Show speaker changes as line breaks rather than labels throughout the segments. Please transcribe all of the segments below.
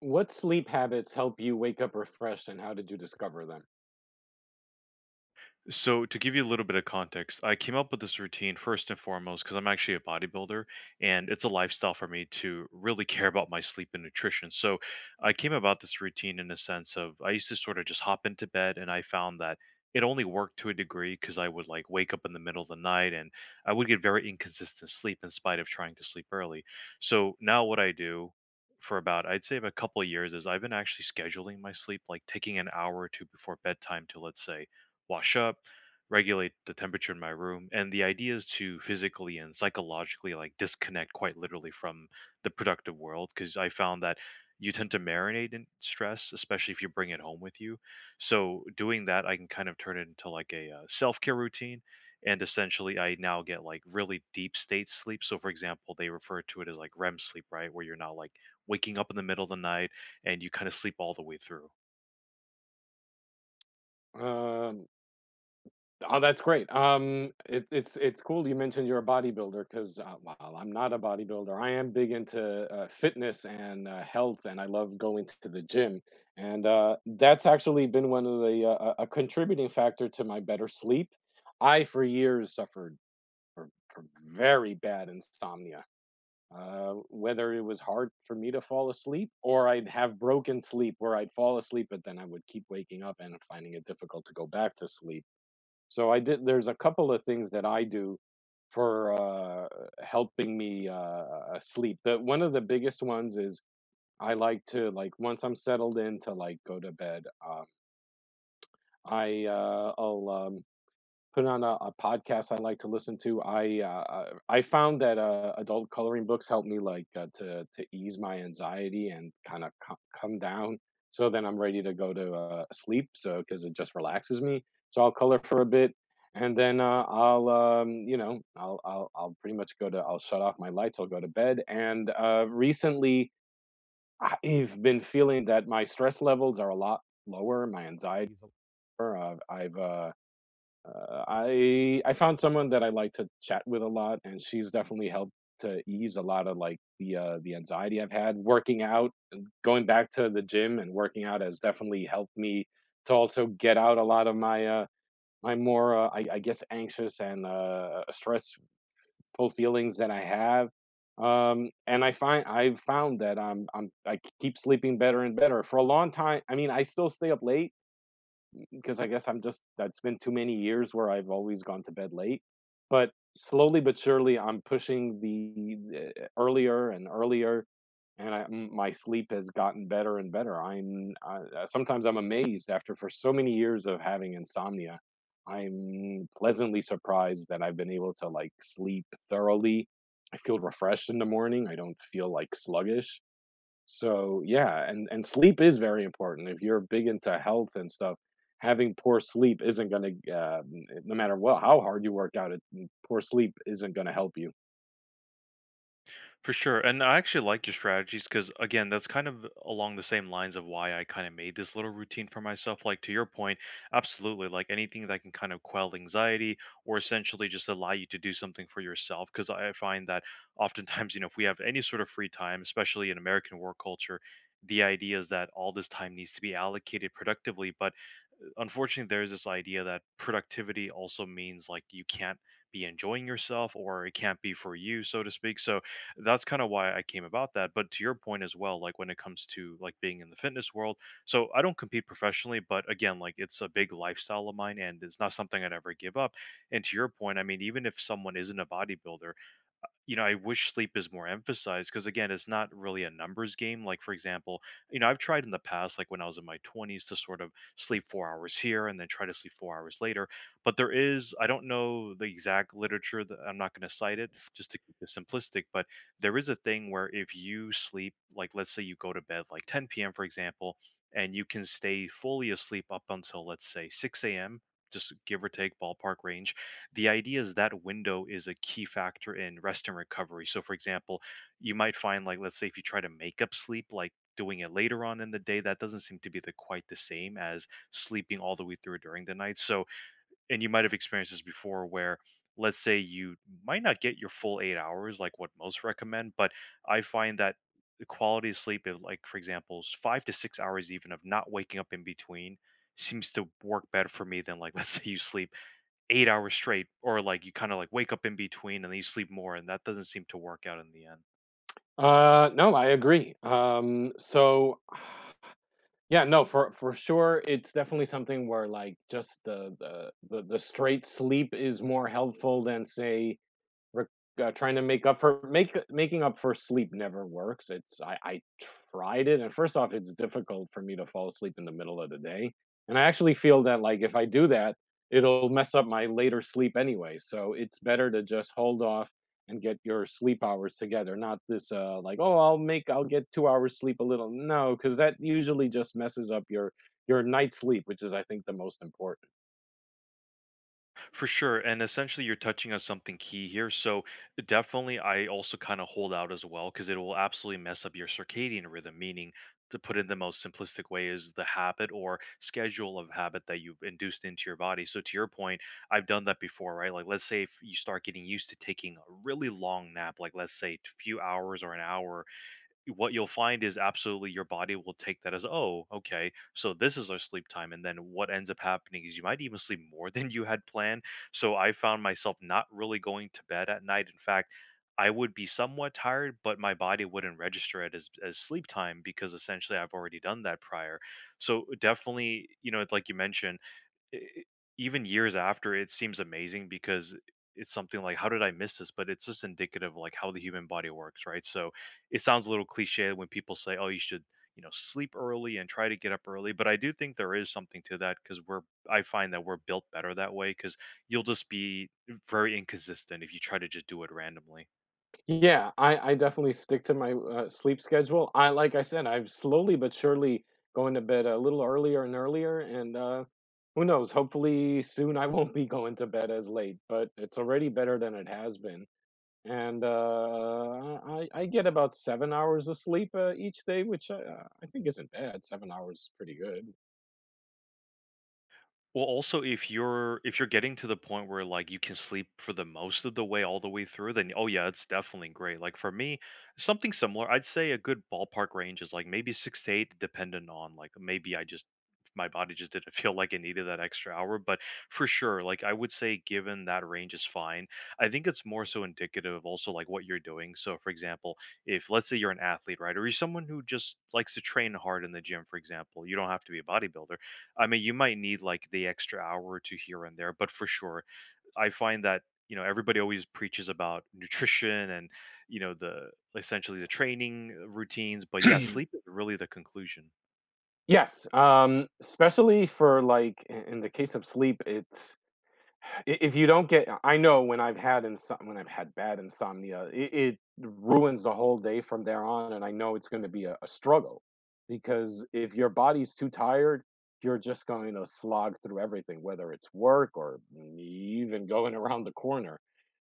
What sleep habits help you wake up refreshed, and how did you discover them?
So, to give you a little bit of context, I came up with this routine first and foremost because I'm actually a bodybuilder and it's a lifestyle for me to really care about my sleep and nutrition. So, I came about this routine in a sense of I used to sort of just hop into bed and I found that it only worked to a degree because I would like wake up in the middle of the night and I would get very inconsistent sleep in spite of trying to sleep early. So, now what I do for about I'd say about a couple of years is I've been actually scheduling my sleep like taking an hour or two before bedtime to let's say wash up, regulate the temperature in my room. And the idea is to physically and psychologically like disconnect quite literally from the productive world because I found that you tend to marinate in stress, especially if you bring it home with you. So doing that, I can kind of turn it into like a self care routine. And essentially, I now get like really deep state sleep. So, for example, they refer to it as like REM sleep, right? Where you're not like waking up in the middle of the night and you kind of sleep all the way through.
Um, oh, that's great. It's cool you mentioned you're a bodybuilder because while I'm not a bodybuilder, I am big into fitness and health, and I love going to the gym, and that's actually been one of the a contributing factor to my better sleep. I for years suffered from very bad insomnia whether it was hard for me to fall asleep or I'd have broken sleep where I'd fall asleep, but then I would keep waking up and finding it difficult to go back to sleep. So I did. There's a couple of things that I do for helping me sleep. The one of the biggest ones is I like to like once I'm settled in to like go to bed. I'll put on a podcast I like to listen to. I found that adult coloring books help me like to ease my anxiety and kind of come down. So then I'm ready to go to sleep. So because it just relaxes me. So I'll color for a bit, and then I'll you know I'll pretty much go to I'll shut off my lights. I'll go to bed. And recently I've been feeling that my stress levels are a lot lower. My anxiety's a lot lower. I found someone that I like to chat with a lot, and she's definitely helped to ease a lot of like the anxiety I've had. Working out and going back to the gym and working out has definitely helped me to also get out a lot of my my more I guess anxious and stressful feelings that I have. And I find I've found that I keep sleeping better and better for a long time. I mean, I still stay up late because I guess I'm just that's been too many years where I've always gone to bed late. But slowly but surely, I'm pushing the earlier and earlier, and my sleep has gotten better and better. Sometimes I'm amazed after for so many years of having insomnia. I'm pleasantly surprised that I've been able to like sleep thoroughly. I feel refreshed in the morning. I don't feel like sluggish so, yeah, and sleep is very important. If you're big into health and stuff, having poor sleep isn't gonna, no matter what how hard you work out, it poor sleep isn't gonna help you.
For sure. And I actually like your strategies because, again, that's kind of along the same lines of why I kind of made this little routine for myself. Like, to your point, absolutely. Like, anything that can kind of quell anxiety or essentially just allow you to do something for yourself. Because I find that oftentimes, you know, if we have any sort of free time, especially in American work culture, the idea is that all this time needs to be allocated productively. But unfortunately there's this idea that productivity also means like you can't be enjoying yourself or it can't be for you, so to speak. So that's kind of why I came about that. But to your point as well, like when it comes to like being in the fitness world, so I don't compete professionally, but again, like it's a big lifestyle of mine and it's not something I'd ever give up. And to your point, I mean, even if someone isn't a bodybuilder, you know, I wish sleep is more emphasized because again, it's not really a numbers game. Like for example, you know, I've tried in the past, like when I was in my 20s, to sort of sleep 4 hours here and then try to sleep 4 hours later. But there is, I don't know the exact literature that I'm not going to cite it just to keep it simplistic, but there is a thing where if you sleep, like let's say you go to bed like 10 p.m. for example, and you can stay fully asleep up until let's say 6 a.m. Just give or take ballpark range, the idea is that window is a key factor in rest and recovery. So, for example, you might find, like, let's say if you try to make up sleep, like doing it later on in the day, that doesn't seem to be the, quite the same as sleeping all the way through during the night. So, and you might have experienced this before where let's say you might not get your full 8 hours, like what most recommend, but I find that the quality of sleep, if, like, for example, 5 to 6 hours even of not waking up in between seems to work better for me than, like, let's say you sleep 8 hours straight or like you kind of like wake up in between and then you sleep more, and that doesn't seem to work out in the end.
No, I agree. So yeah, no, for sure, it's definitely something where like just the straight sleep is more helpful than say Re trying to make up for make making up for sleep never works. It's I tried it, and first off, it's difficult for me to fall asleep in the middle of the day, and I actually feel that, like, if I do that, it'll mess up my later sleep anyway, so it's better to just hold off and get your sleep hours together, not this, like, "Oh, I'll make I'll get 2 hours sleep a little," no because that usually just messes up your night sleep, which is, I think, the most important.
For sure, and essentially you're touching on something key here. So definitely I also kind of hold out as well because it will absolutely mess up your circadian rhythm, meaning to put in the most simplistic way is the habit or schedule of habit that you've induced into your body. So to your point, I've done that before, right? Like let's say if you start getting used to taking a really long nap, like let's say a few hours or an hour, what you'll find is absolutely your body will take that as, oh, okay, so this is our sleep time. And then what ends up happening is you might even sleep more than you had planned. So I found myself not really going to bed at night. In fact, I would be somewhat tired, but my body wouldn't register it as sleep time because essentially I've already done that prior. So definitely, you know, it's like you mentioned, e- even years after it seems amazing because it's something like how did I miss this. But it's just indicative of like how the human body works, right? So it sounds a little cliche when people say, oh, you should, you know, sleep early and try to get up early, but I do think there is something to that because we're, I find that we're built better that way because you'll just be very inconsistent if you try to just do it randomly.
Yeah, I definitely stick to my, sleep schedule. I like I said, I've slowly but surely going to bed a little earlier and earlier, and, who knows, hopefully soon I won't be going to bed as late, but it's already better than it has been, and, I get about 7 hours of sleep, each day, which, I think isn't bad, 7 hours is pretty good.
Well, also, if you're getting to the point where like you can sleep for the most of the way all the way through, then oh yeah, it's definitely great. Like for me, something similar, I'd say a good ballpark range is like maybe six to eight, dependent on like maybe I just my body just didn't feel like it needed that extra hour. But for sure, like I would say given that range is fine. I think it's more so indicative of also like what you're doing. So for example, if let's say you're an athlete, right? Or you're someone who just likes to train hard in the gym, for example, you don't have to be a bodybuilder. I mean, you might need like the extra hour or two here and there, but for sure, I find that you know everybody always preaches about nutrition and you know the essentially the training routines, but yeah, sleep is really the conclusion.
Yes, especially for, like, I in the case of sleep, it's if you don't get, I know when I've had when I've had bad insomnia, it ruins the whole day from there on, and I know it's going to be a struggle because if your body's too tired, you're just going to slog through everything, whether it's work or even going around the corner.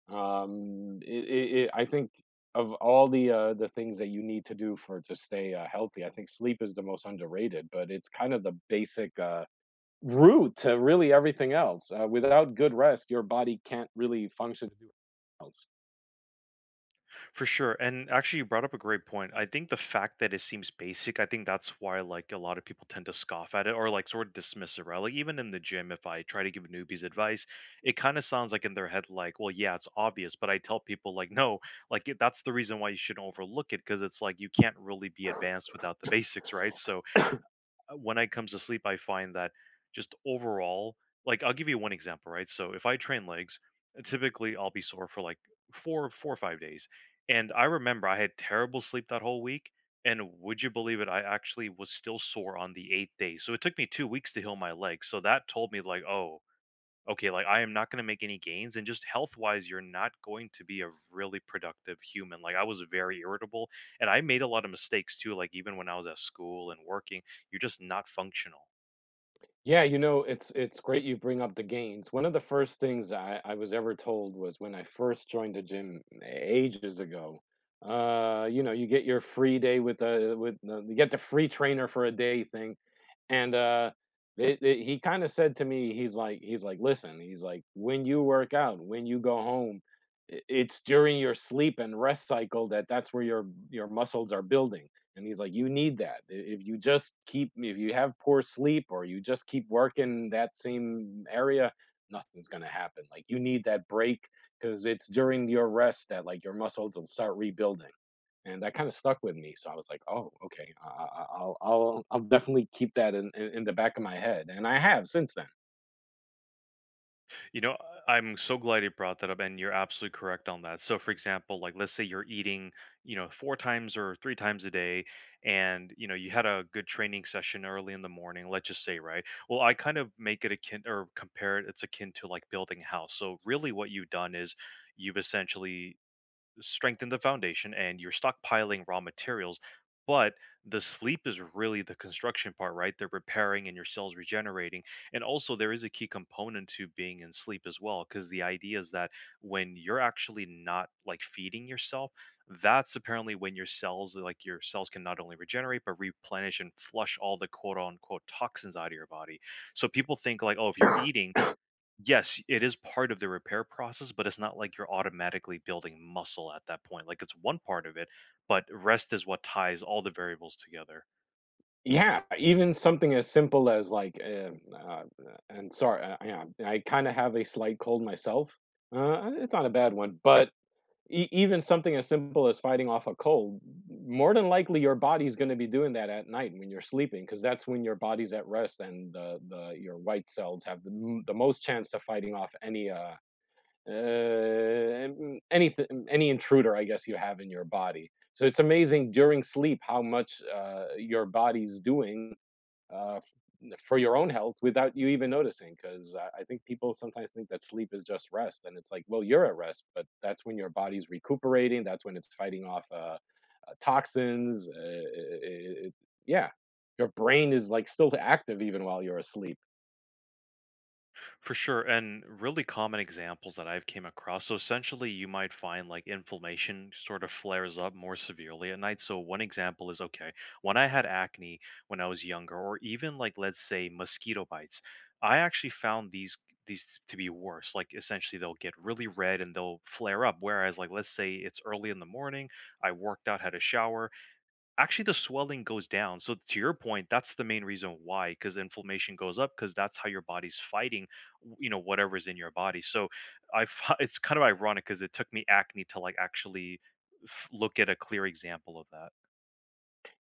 I think of all the things that you need to do for to stay healthy, I think sleep is the most underrated, but it's kind of the basic. Root to really everything else. Without good rest, your body can't really function to do anything else.
For sure. And actually, you brought up a great point. I think the fact that it seems basic, I think that's why like a lot of people tend to scoff at it or like sort of dismiss it, right? Like even in the gym, if I try to give newbies advice, it kind of sounds like in their head, like, well, yeah, it's obvious. But I tell people like, no, like it, that's the reason why you shouldn't overlook it because it's like you can't really be advanced without the basics, right? So when I comes to sleep, I find that just overall, like I'll give you one example, right? So if I train legs, typically I'll be sore for like four, 4 or 5 days. And I remember I had terrible sleep that whole week. And would you believe it? I actually was still sore on the eighth day. So it took me 2 weeks to heal my legs. So that told me like, oh, okay, like I am not going to make any gains. And just health wise, you're not going to be a really productive human. Like I was very irritable and I made a lot of mistakes too. Like even when I was at school and working, you're just not functional.
Yeah, you know, it's great you bring up the gains. One of the first things I was ever told was when I first joined the gym ages ago. You know, you get your free day with you get the free trainer for a day thing, and, it it he kinda said to me, he's like, "Listen," he's like, "When you work out, when you go home, I it's during your sleep and rest cycle that that's where your muscles are building." And he's like, "You need that. I if you just keep if you have poor sleep or you just keep working that same area, nothing's gonna happen. Like, you need that break because it's during your rest that, like, your muscles will start rebuilding." And that kinda stuck with me, so I was like, "Oh, okay, I will I'll definitely keep that in the back of my head," and I have since then.
You know, I'm so glad you brought that up, and you're absolutely correct on that. So, for example, like let's say you're eating, you know, four times or three times a day, and you know you had a good training session early in the morning. Let's just say, right? Well, I kind of make it akin or compare it. It's akin to like building a house. So, really, what you've done is you've essentially strengthen the foundation and you're stockpiling raw materials, but the sleep is really the construction part, right? They're repairing and your cells regenerating. And also there is a key component to being in sleep as well because the idea is that when you're actually not like feeding yourself, that's apparently when your cells, like your cells can not only regenerate but replenish and flush all the quote unquote toxins out of your body. So people think like, oh, if you're eating. Yes, it is part of the repair process, but it's not like you're automatically building muscle at that point. Like it's one part of it, but rest is what ties all the variables together.
Yeah, even something as simple as, like, and sorry, yeah, I kinda have a slight cold myself. It's not a bad one, but e even something as simple as fighting off a cold, more than likely, your body's gonna be doing that at night when you're sleeping, because that's when your body's at rest and the your white cells have the most chance of fighting off any, uh, anything, any intruder, I guess you have in your body. So it's amazing during sleep how much your body's doing for your own health without you even noticing. Because I think people sometimes think that sleep is just rest, and it's like, well, you're at rest, but that's when your body's recuperating. That's when it's fighting off toxins. Yeah, your brain is like still active even while you're asleep.
For sure, and really common examples that I've came across. So essentially, you might find like inflammation sort of flares up more severely at night. So one example is okay, when I had acne when I was younger, or even like let's say mosquito bites, I actually found these to be worse. Like essentially, they'll get really red and they'll flare up. Whereas like let's say it's early in the morning, I worked out, had a shower, actually, the swelling goes down. So to your point, that's the main reason why, because inflammation goes up, because that's how your body's fighting, you know, whatever's in your body. So it's kind of ironic because it took me acne to like actually look at a clear example of that.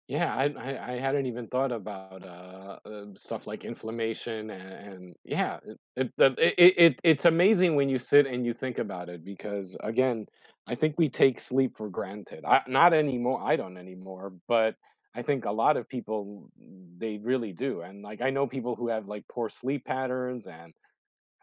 Yeah, I hadn't even thought about, stuff like inflammation and yeah, it that- it- it's amazing when you sit and you think about it because, again, I think we take sleep for granted. I not anymore, I don't anymore, but I think a lot of people, they really do, and, like, I know people who have, like, poor sleep patterns and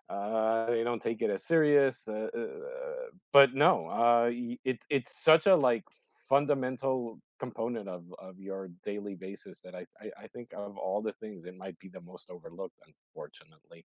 they don't take it as serious. But no, it's such a like fundamental component of your daily basis that I think of all the things it might be the most overlooked, unfortunately.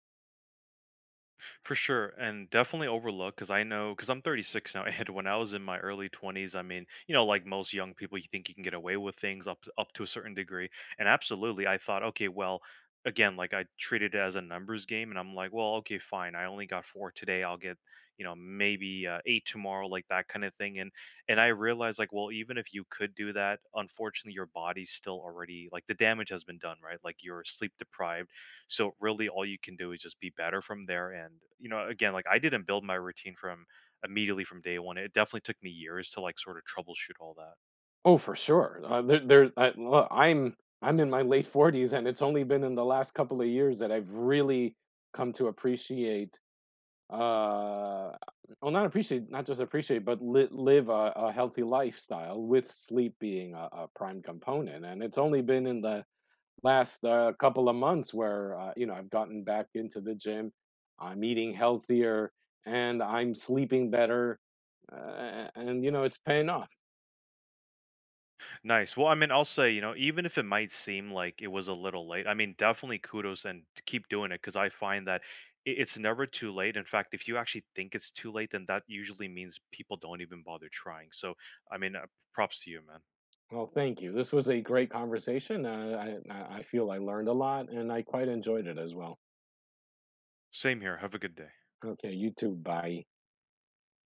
For sure, and definitely overlooked because I know because I'm 36 now, and when I was in my early 20s, I mean, you know, like most young people, you think you can get away with things up to a certain degree, and absolutely, I thought, okay, well, again, like I treated it as a numbers game, and I'm like, well, okay, fine, I only got four today, I'll get, you know, maybe eight tomorrow, like that kind of thing, and I realized like, well, even if you could do that, unfortunately, your body's still already like the damage has been done, right? Like you're sleep deprived, so really all you can do is just be better from there. And, you know, again, like I didn't build my routine from immediately from day one. It definitely took me years to like sort of troubleshoot all that.
Oh, for sure. There, there. I, look, I'm in my late 40s, and it's only been in the last couple of years that I've really come to appreciate uh well not appreciate not just appreciate but live a healthy lifestyle with sleep being a prime component and it's only been in the last couple of months where you know I've gotten back into the gym, I'm eating healthier, and I'm sleeping better, and you know it's paying off.
Nice. Well, I mean, I'll say, you know, even if it might seem like it was a little late, I mean, definitely kudos and to keep doing it because I find that it's never too late. In fact, if you actually think it's too late, then that usually means people don't even bother trying. So, I mean, props to you, man.
Well thank you, this was a great conversation, I feel I learned a lot and I quite enjoyed it as well.
Same here. Have a good day.
Okay, you too, bye.